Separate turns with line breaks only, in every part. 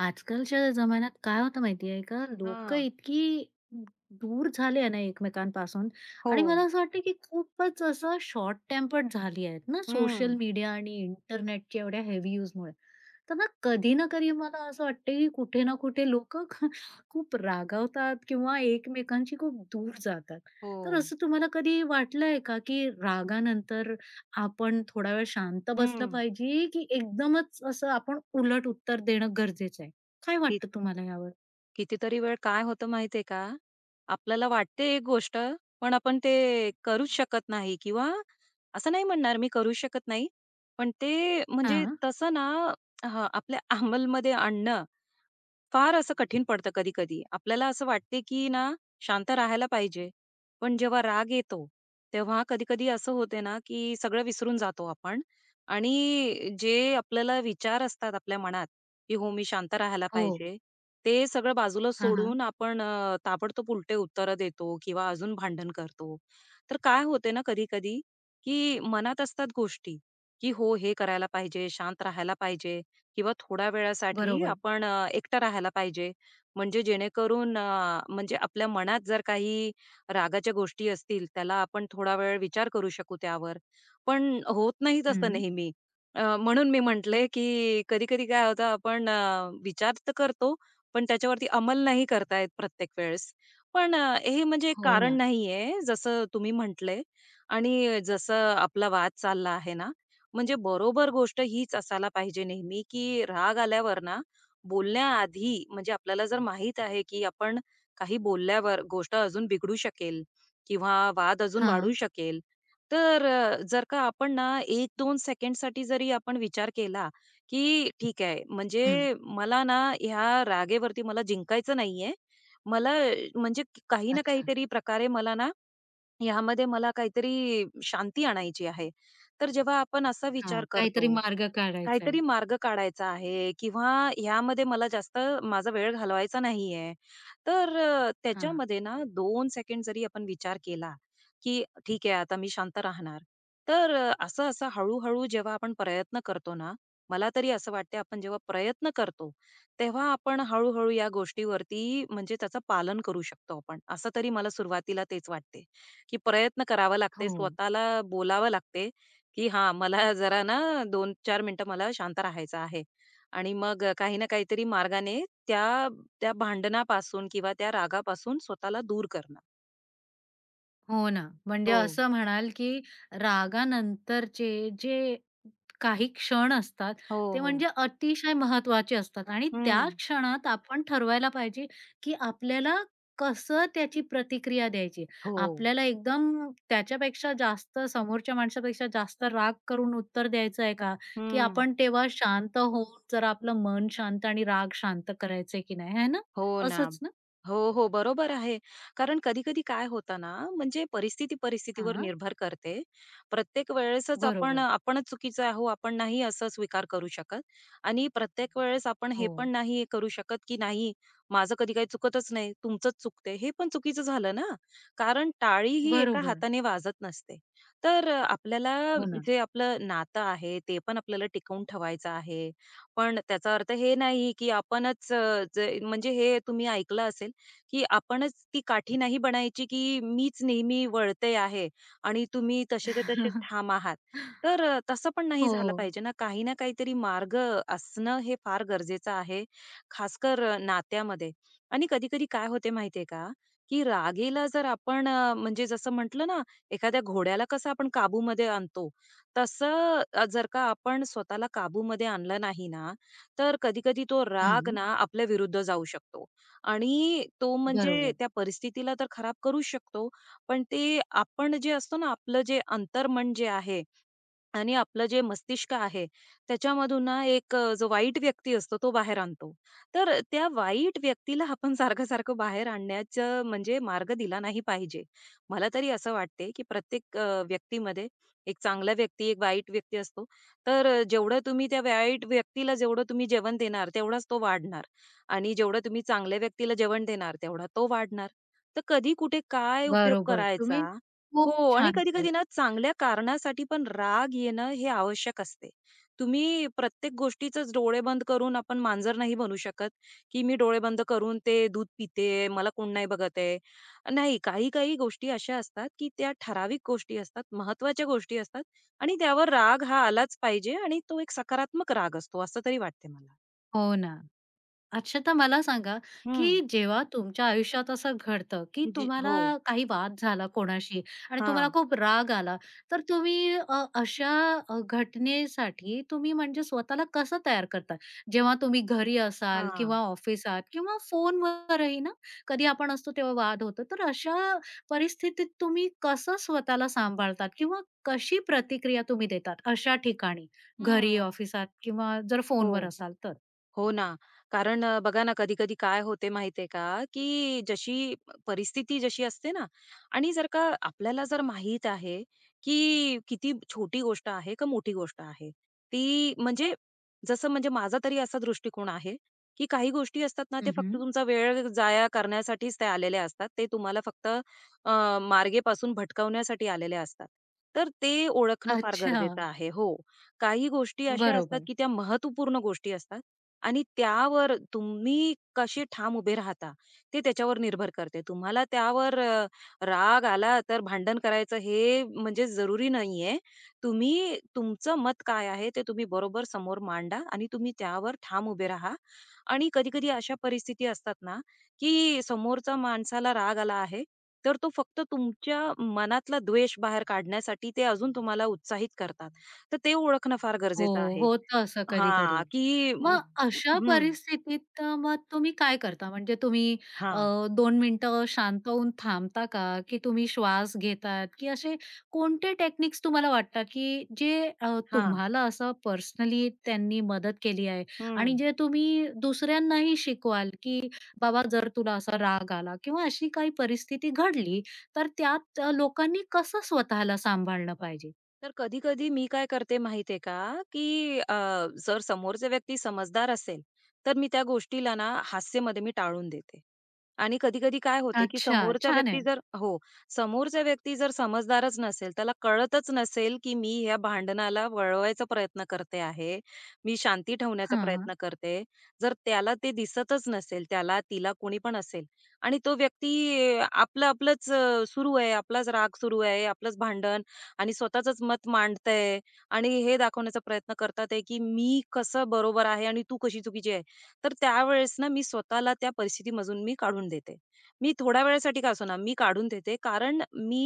आजकालच्या जमान्यात काय होतं माहिती आहे का? लोकं
हां.
इतकी दूर झाली आहे ना एकमेकांपासून
हो.
आणि मला असं वाटतं की खूपच असं शॉर्ट टेम्पर्ड झाली आहेत ना
हं.
सोशल मीडिया आणि इंटरनेटच्या एवढ्या हेवी यूजमुळे. तर ना कधी ना कधी मला असं वाटतं की कुठे ना कुठे लोकं खूप रागावतात किंवा एकमेकांशी खूप दूर जातात.
हो.
तर असं तुम्हाला कधी वाटलंय का की रागानंतर आपण थोडा वेळ शांत बसलं
हं.
पाहिजे की एकदमच असं आपण उलट उत्तर देणं गरजेचं आहे? काय
कि
वाटतं तुम्हाला यावर?
कितीतरी वेळ काय होतं माहिती आहे का? आपल्याला वाटते एक गोष्ट, पण आपण ते करूच शकत नाही किंवा असं नाही म्हणणार मी करू शकत नाही, पण ते म्हणजे
हां.
तसं ना हां, आपल्या अंमलमध्ये आणणं फार असं कठीण पडतं कधी-कधी. आपल्याला असं वाटते, की ना शांत राहायला पाहिजे. पण जेव्हा राग येतो, तेव्हा कधी-कधी असं होते ना, की सगळं विसरून जातो आपण आणि जे आपल्याला विचार असतात आपल्या मनात, की "हो, मी शांत राहायला
हो.
पाहिजे." ते सगळं बाजूला
हां, हां.
सोडून आपण ताबडतोब उलटे उत्तरं देतो किंवा अजून भांडण करतो. तर काय होते ना कधी-कधी, की मनात असतात गोष्टी, की "हो, हे करायला पाहिजे, शांत राहायला पाहिजे." किंवा थोड्या वेळासाठी
बरोबर.
आपण एकटं राहायला पाहिजे. म्हणजे जेणेकरून म्हणजे आपल्या मनात जर काही रागाच्या गोष्टी असतील, त्याला आपण थोडा वेळ विचार करू शकू त्यावर. पण होत नाही तसं
हं.
नेहमी. म्हणून मी म्हटले, की कधी-कधी काय होतं आपण विचार तर करतो, पण त्याच्यावरती अंमल नाही करता येत प्रत्येक वेळेस. पण हे म्हणजे एक
हो
कारण
ना.
नाहीये, जसं तुम्ही म्हटले आणि जसं आपला वाद चालला आहे ना, म्हणजे बरोबर गोष्ट हीच असायला पाहिजे नेहमी, की राग आल्यावर ना, बोलण्याआधी म्हणजे आपल्याला जर माहीत आहे, की आपण काही बोलल्यावर गोष्ट अजून बिघडू शकेल किंवा वाद अजून वाढू
हां.
शकेल. तर जर का आपण ना 1-2 सेकंडसाठी जरी आपण विचार केला, की ठीक आहे
हं.
म्हणजे मला ना ह्या रागेवरती मला जिंकायचं नाहीये. मला म्हणजे काही ना
अच्छा.
काहीतरी प्रकारे मला ना ह्यामध्ये मला काहीतरी शांती आणायची आहे. तर जेव्हा आपण असा
हां.
विचार
काहीतरी
करतो,
मार्ग काढायचा आहे.
काहीतरी मार्ग काढायचा आहे किंवा ह्यामध्ये मला जास्त माझा वेळ घालवायचा नाहीये. तर
हां.
त्याच्यामध्ये ना दोन सेकंड जरी आपण विचार केला, की ठीक आहे आता मी शांत राहणार. तर असं-असं हळू-हळू जेव्हा आपण प्रयत्न करतो ना, मला तरी असं वाटते आपण जेव्हा प्रयत्न करतो, तेव्हा आपण हळू या गोष्टीवरती म्हणजे त्याचं पालन करू शकतो आपण. असं तरी मला सुरुवातीला तेच वाटते, की प्रयत्न करावा लागते,
हो.
स्वतःला बोलावं लागते की हां, मला जरा ना 2 चार मिनिटं मला शांत राहायचं आहे. आणि मग काही ना काहीतरी मार्गाने त्या त्या भांडणापासून किंवा त्या रागापासून स्वतःला दूर करणं.
हो ना. म्हणजे
हो.
असं म्हणाल, की रागानंतरचे जे काही क्षण असतात,
हो,
ते
हो.
म्हणजे अतिशय महत्त्वाचे असतात आणि त्या
हं.
क्षणात आपण ठरवायला पाहिजे, की आपल्याला कसं त्याची प्रतिक्रिया द्यायची.
हो.
आपल्याला एकदम त्याच्यापेक्षा जास्त समोरच्या माणसापेक्षा जास्त राग करून उत्तर द्यायचं आहे का? की आपण तेव्हा शांत होऊन जरा आपलं मन शांत आणि राग शांत करायचंय की नाही, आहे ना?
हो ना.
असंच ना?
हो, हो. बरोबर आहे. कारण कधी-कधी काय होतं ना, म्हणजे परिस्थिती परिस्थितीवर
हां,
निर्भर करते. प्रत्येक वेळेसच आपण
बरोबर.
आपणच चुकीचे आहो, आपण नाही असं स्वीकार करू शकत आणि प्रत्येक वेळेस आपण हे पण
हो,
नाही करू शकत, की नाही माझं कधी काही चुकतच नाही, तुमचंच चुकते. हे पण चुकीचं झालं ना, कारण टाळी ही एका
बरोबर.
हाताने वाजत नसते. तर आपल्याला
हो ना.
जे आपलं नातं आहे, ते पण आपल्याला टिकवून ठेवायचं आहे पण त्याचा अर्थ हे नाही, की आपणच जे म्हणजे हे तुम्ही ऐकलं असेल, की आपणच ती काठी नाही बनायची, की मीच नेहमी वळते आहे आणि तुम्ही तसेच्या तसेच ठाम आहात. तर तसं पण नाही
हो.
झालं पाहिजे ना. काही ना काहीतरी मार्ग असणं हे फार गरजेचं आहे, खासकर नात्यामध्ये. आणि कधी-कधी काय होते माहितीये का, की रागेला जर आपण म्हणजे जसं म्हटलं ना, एखाद्या घोड्याला कसं आपण काबूमध्ये आणतो, तसं जर का आपण स्वतःला काबूमध्ये आणलं नाही ना, तर कधी-कधी तो राग
हं,
ना आपल्या विरुद्ध जाऊ शकतो आणि तो म्हणजे
बरोबर.
त्या परिस्थितीला तर खराब करू शकतो. पण ते आपण जे असतो ना, आपलं जे अंतर्मन जे आहे आणि आपलं जे मस्तिष्क आहे, त्याच्यामधून ना एक जो वाईट व्यक्ती असतो तो बाहेर आणतो. तर त्या वाईट व्यक्तीला आपण सारखं-सारखं बाहेर आणण्याचं म्हणजे मार्ग दिला नाही पाहिजे. मला तरी असं वाटते, की प्रत्येक व्यक्तीमध्ये एक चांगला व्यक्ती, एक वाईट व्यक्ती असतो. तर जेवढं तुम्ही त्या वाईट व्यक्तीला जेवढं तुम्ही जेवण देणार, तेवढाच तो वाढणार आणि जेवढं तुम्ही चांगल्या व्यक्तीला जेवण देणार, तेवढा तो वाढणार. तर कधी कुठे काय उपयोग
बरोबर. तुम्ही
करायचा हो
खूप
आणि
छान
कधी-कधी
बोललात.
ना चांगल्या कारणासाठी पण राग येणं हे आवश्यक असते. तुम्ही प्रत्येक गोष्टीचंच डोळे बंद करून आपण मांजर नाही बनू शकत, की मी डोळे बंद करून ते दूध पिते, मला कोण नाही बघत आहे. नाही, काही-काही गोष्टी अशा असतात, की त्या ठराविक गोष्टी असतात, महत्त्वाच्या गोष्टी असतात आणि त्यावर राग हा आलाच पाहिजे आणि तो एक सकारात्मक राग असतो असं तरी वाटते मला.
हो ना. अक्षता मला सांगा,
हं.
की जेव्हा तुमच्या आयुष्यात असं घडतं, की
जी
तुम्हाला
हो.
काही वाद झाला कोणाशी आणि तुम्हाला
हां,
खूप राग आला, तर तुम्ही अशा घटनेसाठी तुम्ही म्हणजे स्वतःला कसं तयार करता? जेव्हा तुम्ही घरी असाल किंवा
हां.
ऑफिसात किंवा फोनवरही ना, कधी आपण असतो तेव्हा वाद होतो. तर अशा परिस्थितीत तुम्ही कसं स्वतःला सांभाळतात किंवा कशी प्रतिक्रिया तुम्ही देतात अशा ठिकाणी? घरी,
हं.
ऑफिसात किंवा जर फोनवर
हो.
असाल तर?
हो ना. कारण बघा ना, कधी-कधी काय होते माहितीये का, की जशी परिस्थिती जशी असते ना आणि जर का आपल्याला जर माहीत आहे, की किती छोटी गोष्ट आहे का मोठी गोष्ट आहे. ती म्हणजे जसं म्हणजे माझा तरी असा दृष्टिकोन आहे, की काही गोष्टी असतात ना, ते फक्त तुमचा वेळ जाया करण्यासाठीच ते आलेले असतात. ते तुम्हाला फक्त मार्गेपासून भटकवण्यासाठी आलेले असतात. तर ते ओळखणं फार
अच्छा.
गरजेचं आहे. हो. काही गोष्टी अशा असतात,
बरोबर.
की त्या महत्त्वपूर्ण गोष्टी असतात. आणि त्यावर तुम्ही कसे ठाम उभे राहता, ते त्याच्यावर निर्भर करते. तुम्हाला त्यावर राग आला तर भांडण करायचं हे म्हणजे जरुरी नाहीये. तुम्ही तुमचं मत काय आहे ते तुम्ही बरोबर समोर मांडा आणि तुम्ही त्यावर ठाम उभे राहा. आणि कधी-कधी अशा परिस्थिती असतात ना, की समोरचा माणसाला राग आला आहे, तर तो फक्त तुमच्या मनातला द्वेष बाहेर काढण्यासाठी ते अजून तुम्हाला उत्साहित करतात. तर ते ओळखणं फार
हो,
गरजेचं आहे.
होतं असं
हा,
कधी-कधी.
की
मग अशा
हं,
परिस्थितीत मग तुम्ही काय करता? म्हणजे तुम्ही
हा,
अ, 2 मिनिटं शांत होऊन थांबता का? की तुम्ही श्वास घेतात? की असे कोणते टेक्निक्स तुम्हाला वाटतात, की जे
हा,
तुम्हाला असं पर्सनली त्यांनी मदत केली आहे आणि
हं.
जे तुम्ही दुसऱ्यांनाही शिकवाल, की बाबा जर तुला असा राग आला किंवा अशी काही परिस्थिती घडली, तर त्यात लोकांनी कसं स्वतःला सांभाळलं पाहिजे?
तर कधी-कधी मी काय करते माहितीये का, की जर समोरचा व्यक्ती समजदार असेल, तर मी त्या गोष्टीला ना हास्यामध्ये मी टाळून देते. आणि कधी-कधी काय होते, की
अच्छा,
समोरचा
छान
व्यक्ती
आहे.
जर हो, समोरचा व्यक्ती जर समजदारच नसेल, त्याला कळतच नसेल, की मी ह्या भांडणाला वळवायचा प्रयत्न करते आहे, मी शांती ठेवण्याचा
हां, हां.
प्रयत्न करते. जर त्याला ते दिसतच नसेल, त्याला तिला कोणी पण असेल आणि तो व्यक्ती आपलं सुरू आहे, आपलाच राग सुरू आहे, आपलंच भांडण आणि स्वतःचंच मत मांडताय आणि हे दाखवण्याचा प्रयत्न करतात आहे, की मी कसं बरोबर आहे आणि तू कशी चुकीची आहे. तर त्यावेळेस ना मी स्वतःला त्या परिस्थितीमधून मी काढून देते. मी थोड्या वेळेसाठी का असेना, मी काढून देते कारण मी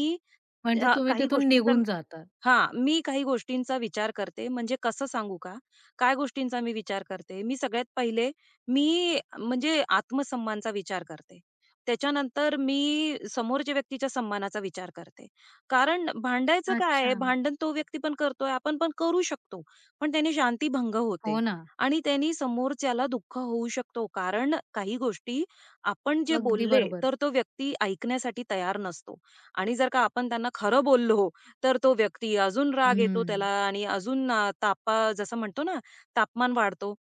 म्हणजे
अ,
तुम्ही
काही
तिथून
गोष्टींचा
निघून जातात.
हां, मी काही गोष्टींचा विचार करते. म्हणजे कसं सांगू का? काय गोष्टींचा मी विचार करते? मी सगळ्यात पहिले मी म्हणजे आत्मसन्मानचा विचार करते. त्याच्यानंतर मी समोरच्या व्यक्तीच्या सन्मानाचा विचार करते. कारण भांडायचं काय आहे?
अच्छा.
भांडण तो व्यक्ती पण करतोय, आपण पण करू शकतो. पण त्याने शांतीभंग होते
हो ना.
आणि त्यानी समोरच्याला दुःख होऊ शकतो. कारण काही गोष्टी आपण जे
अगदी
बोलले,
बरोबर.
तर तो व्यक्ती ऐकण्यासाठी तयार नसतो आणि जर का आपण त्यांना खरं बोललो, तर तो व्यक्ती अजून राग येतो
हं.
त्याला आणि अजून तापा जसं म्हणतो ना, तापमान वाढतो.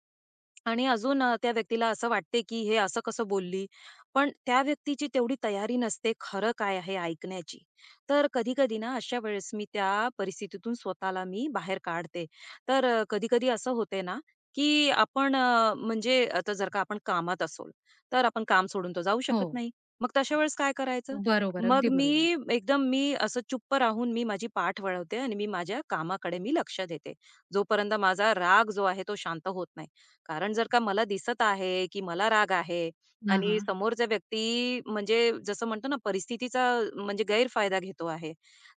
आणि अजून त्या व्यक्तीला असं वाटते, की हे असं कसं बोलली? पण त्या व्यक्तीची तेवढी तयारी नसते खरं काय आहे ऐकण्याची. तर कधी-कधी ना अशा वेळेस मी त्या परिस्थितीतून स्वतःला मी बाहेर काढते. तर कधी-कधी असं होते ना, की आपण म्हणजे आता जर का आपण कामात असू, तर आपण काम सोडून तर जाऊ
हो.
शकत नाही. मग तशा वेळेस काय करायचं?
बरोबर,
मग
अगदी बरोबर.
मी एकदम मी असं चुप्प राहून मी माझी पाठ वळवते आणि मी माझ्या कामाकडे मी लक्ष देते. जोपर्यंत माझा राग जो आहे तो शांत होत नाही. कारण जर का मला दिसत आहे, की मला राग आहे
हां,
आणि
हां.
समोरचा व्यक्ती म्हणजे जसं म्हणतो ना परिस्थितीचा म्हणजे गैरफायदा घेतो आहे.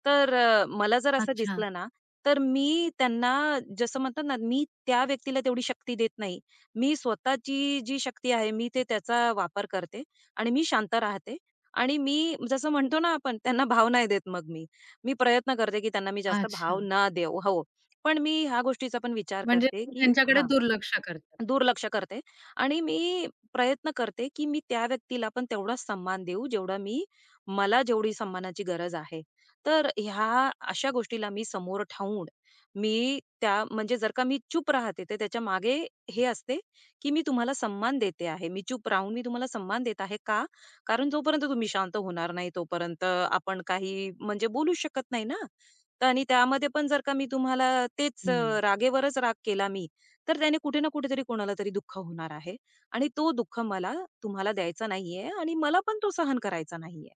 तर मला जर असं
अच्छा,
दिसलं ना, तर मी त्यांना जसं म्हणतात ना, मी त्या व्यक्तीला तेवढी शक्ती देत नाही. मी स्वतःची जी शक्ती आहे, मी ते त्याचा वापर करते आणि मी शांत राहते आणि मी जसं म्हणतो ना आपण त्यांना भाव नाही देत मग मी. मी प्रयत्न करते, की त्यांना मी जास्त भाव
अच्छा.
न देऊ. हो. पण मी ह्या गोष्टीचा पण विचार
म्हणजे
करते,
तुम्ही
की
त्यांच्याकडे
हां.
दुर्लक्ष करतात.
दुर्लक्ष करते आणि मी प्रयत्न करते, की मी त्या व्यक्तीला पण तेवढाच सन्मान देऊ, जेवढा मी मला जेवढी सन्मानाची गरज आहे. तर ह्या अशा गोष्टीला मी समोर ठेवून, मी त्या म्हणजे जर का मी चूप राहते, तर त्याच्या मागे हे असते, की मी तुम्हाला सन्मान देते आहे. मी चूप राहून मी तुम्हाला सन्मान देत आहे. का? कारण जोपर्यंत तुम्ही शांत होणार नाही, तोपर्यंत आपण काही म्हणजे बोलूच शकत नाही ना. तर आणि त्यामध्ये पण जर का मी तुम्हाला तेच
हं.
रागेवरच राग केला मी, तर त्याने कुठे ना कुठेतरी कोणाला तरी दुःख होणार आहे आणि तो दुःख मला तुम्हाला द्यायचा नाहीये आणि मला पण तो सहन करायचा नाहीये.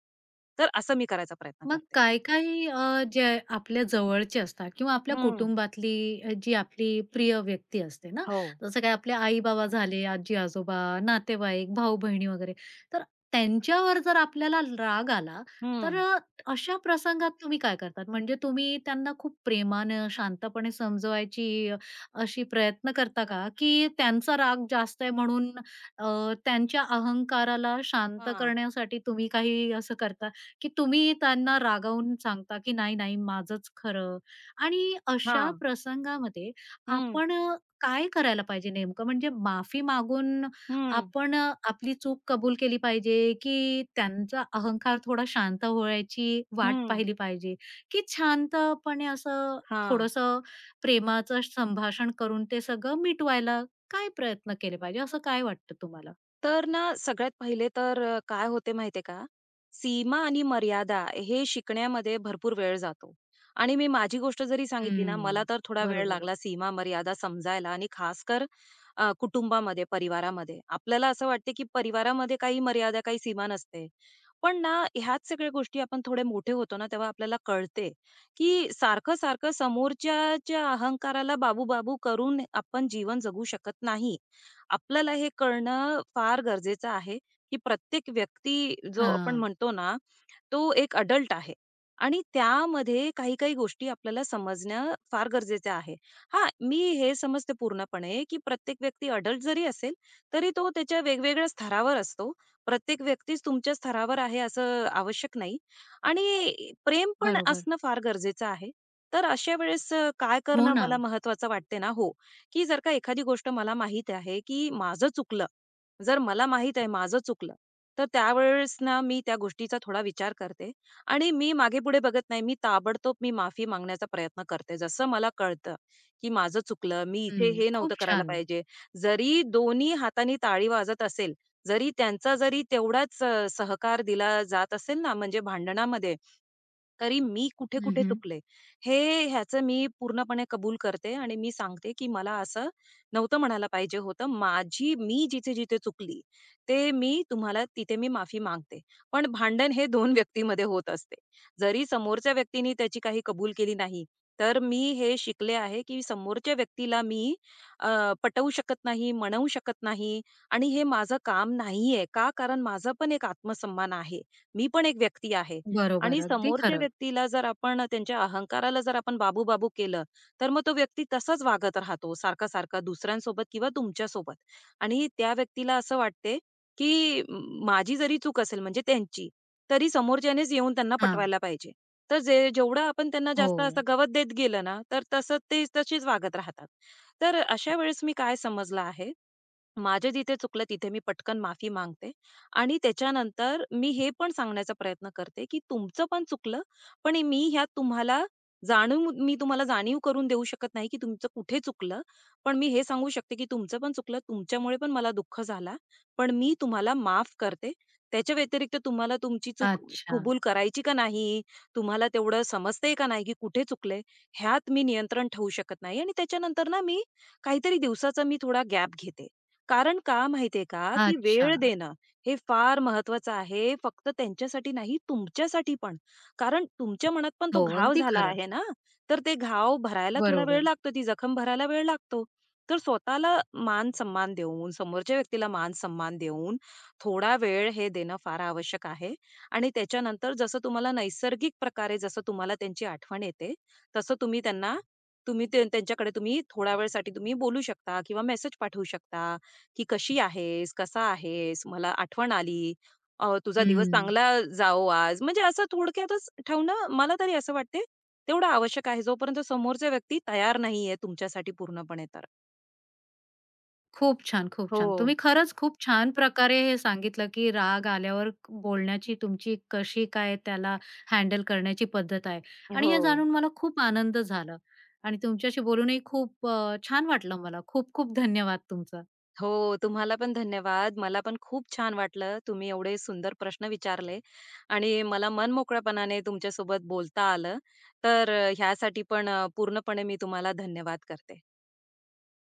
तर असं मी करायचा प्रयत्न
मग
करते.
काही-काही जे आपल्या जवळचे असतात किंवा आपल्या
हं.
कुटुंबातली जी आपली प्रिय व्यक्ती असते ना,
हो.
जसं काय आपले आई-बाबा झाले, आजी-आजोबा, नातेवाईक, भाऊ-बहिणी वगैरे. तर त्यांच्यावर जर आपल्याला राग आला, तर
हं.
अशा प्रसंगात तुम्ही काय करतात? म्हणजे तुम्ही त्यांना खूप प्रेमानं, शांतपणे समजवायची अशी प्रयत्न करता का? की त्यांचा राग जास्त आहे म्हणून त्यांच्या अहंकाराला शांत
हां.
करण्यासाठी तुम्ही काही असं करता? की तुम्ही त्यांना रागावून सांगता, की "नाही, नाही माझंच खरं." आणि अशा
हां.
प्रसंगामध्ये
हं.
आपण काय करायला पाहिजे नेमकं? म्हणजे माफी मागून
हं.
आपण आपली चूक कबूल केली पाहिजे, की त्यांचा अहंकार थोडा शांत व्हायची वाट
हं.
पाहिली पाहिजे, की शांतपणे असं
हां.
थोडंसं प्रेमाचं संभाषण करून ते सगळं मिटवायला काय प्रयत्न केले पाहिजे, असं काय वाटतं तुम्हाला?
तर ना, सगळ्यात पहिले तर काय होते माहितीये का? सीमा आणि मर्यादा हे शिकण्यामध्ये भरपूर वेळ जातो. आणि मी माझी गोष्ट जरी सांगितली ना, मला
हम्म.
तर थोडा वेळ
बरोबर.
लागला सीमा, मर्यादा समजायला आणि खासकर कुटुंबामध्ये, परिवारामध्ये. आपल्याला असं वाटते की परिवारामध्ये काही मर्यादा, काही सीमा नसते. पण ना, ह्याच सगळ्या गोष्टी आपण थोडे मोठे होतो ना, तेव्हा आपल्याला कळते की सारखं-सारखं समोरच्याच्या अहंकाराला बाबू-बाबू करून आपण जीवन जगू शकत नाही. आपल्याला हे कळणं फार गरजेचं आहे, की प्रत्येक व्यक्ती जो आपण
हां.
म्हणतो ना, तो एक अडल्ट आहे आणि त्यामध्ये काही-काही गोष्टी आपल्याला समजणं फार गरजेचं आहे. हां, मी हे समजते पूर्णपणे, की प्रत्येक व्यक्ती अडल्ट जरी असेल, तरी तो त्याच्या वेगवेगळ्या स्तरावर असतो. प्रत्येक व्यक्तीच तुमच्या स्तरावर आहे असं आवश्यक नाही आणि प्रेम पण
बरोबर.
असणं फार गरजेचं आहे. तर अशा वेळेस काय
हो
करणं
ना.
मला महत्त्वाचं वाटते ना हो, की जर का एखादी गोष्ट मला माहीत आहे, की माझं चुकलं. जर मला माहीत आहे माझं चुकलं तर त्यावेळेस ना, मी त्या गोष्टीचा थोडा विचार करते आणि मी मागे-पुढे बघत नाही. मी ताबडतोब मी माफी मागण्याचा प्रयत्न करते. जसं मला कळतं, की माझं चुकलं. मी इथे
हं,
हे
खूप
नव्हतं करायला
छान.
पाहिजे. जरी दोन्ही हातांनी ताळी वाजत असेल, जरी त्यांचा जरी तेवढाच सहकार दिला जात असेल ना, म्हणजे भांडणामध्ये, तरी मी
हं,
कुठे-कुठे
हं.
चुकले. हे ह्याचं मी पूर्णपणे कबूल करते आणि मी सांगते, की मला असं नव्हतं म्हणायला पाहिजे होतं. माझी मी जिथे-जिथे चुकली, ते मी तुम्हाला तिथे मी माफी मागते. पण भांडण हे दोन व्यक्तीमध्ये होत असते. जरी समोरच्या व्यक्तीने त्याची काही कबूल केली नाही, तर मी हे शिकले आहे, की समोरच्या व्यक्तीला मी अ, पटवू शकत नाही, म्हणवू शकत नाही आणि हे माझं काम नाहीये. का? कारण माझा पण एक आत्मसन्मान आहे. मी पण एक व्यक्ती आहे.
बरोबर,
आणि
अगदी
समोरच्या
खरं.
व्यक्तीला जर आपण त्यांच्या अहंकाराला जर आपण बाबू-बाबू केलं, तर मग तो व्यक्ती तसाच वागत राहतो सारखा-सारखा दुसऱ्यांसोबत किंवा तुमच्यासोबत. आणि त्या व्यक्तीला असं वाटते, की माझी जरी चूक असेल म्हणजे त्यांची, तरी समोरच्यानेच येऊन त्यांना
हां.
पटवायला पाहिजे. तर जे जेवढं आपण त्यांना
हो.
जास्त असं गवत देत गेलं ना, तर तसं ते तसेच वागत राहतात. तर अशा वेळेस मी काय समजलं आहे, माझे जिथे चुकलं तिथे मी पटकन माफी मागते आणि त्याच्यानंतर मी हे पण सांगण्याचा प्रयत्न करते, की तुमचं पण चुकलं, पण मी ह्यात तुम्हाला जाणून मी तुम्हाला जाणीव करून देऊ शकत नाही, की तुमचं कुठे चुकलं. पण मी हे सांगू शकते, की तुमचं पण चुकलं, तुमच्यामुळे पण मला दुःख झाला, पण मी तुम्हाला माफ करते. त्याच्या व्यतिरिक्त तुम्हाला तुमची चूक
अच्छा,
कबूल करायची का नाही, तुम्हाला तेवढं समजतंय का नाही, की कुठे चुकले, ह्यात मी नियंत्रण ठेवू शकत नाही आणि त्याच्यानंतर ना मी काहीतरी दिवसाचा मी थोडा गॅप घेते. कारण का माहितीये का, की
अच्छा.
वेळ देणं हे फार महत्वाचं आहे. फक्त त्यांच्यासाठी नाही, तुमच्यासाठी पण. कारण तुमच्या मनात पण तो
हो,
घाव
अगदी
झाला
खरं.
आहे ना, तर ते घाव भरायला थोडा वेळ
बरोबर.
लागतो, ती जखम भरायला वेळ लागतो. तर स्वतःला मान-सन्मान देऊन, समोरच्या व्यक्तीला मान-सन्मान देऊन, थोडा वेळ हे देणं फार आवश्यक आहे. आणि त्याच्यानंतर जसं तुम्हाला नैसर्गिक प्रकारे जसं तुम्हाला त्यांची आठवण येते, तसं तुम्ही त्यांना तुम्ही ते त्यांच्याकडे तुम्ही थोड्या वेळसाठी तुम्ही बोलू शकता किंवा मेसेज पाठवू शकता की "कशी आहेस? कसा आहेस? मला आठवण आली. तुझा दिवस
हं.
चांगला जाओ आज." म्हणजे असं थोडक्यातच ठेवणं मला तरी असं वाटते तेवढं आवश्यक आहे. जोपर्यंत समोरचा व्यक्ती तयार नाहीये तुमच्यासाठी पूर्णपणे तर.
खूप छान, खूप
हो.
छान. तुम्ही खरंच खूप छान प्रकारे हे सांगितलं, की राग आल्यावर क बोलण्याची तुमची कशी काय त्याला हँडल करण्याची पद्धत आहे आणि
हो.
हे जाणून मला खूप आनंद झाला आणि तुमच्याशी बोलूनही खूप छान वाटलं मला. खूप खूप धन्यवाद तुमचं.
हो, तुम्हाला पण धन्यवाद. मला पण खूप छान वाटलं. तुम्ही एवढे सुंदर प्रश्न विचारले आणि मला मनमोकळेपणाने तुमच्यासोबत बोलता आलं. तर ह्यासाठी पण पूर्णपणे मी तुम्हाला धन्यवाद करते.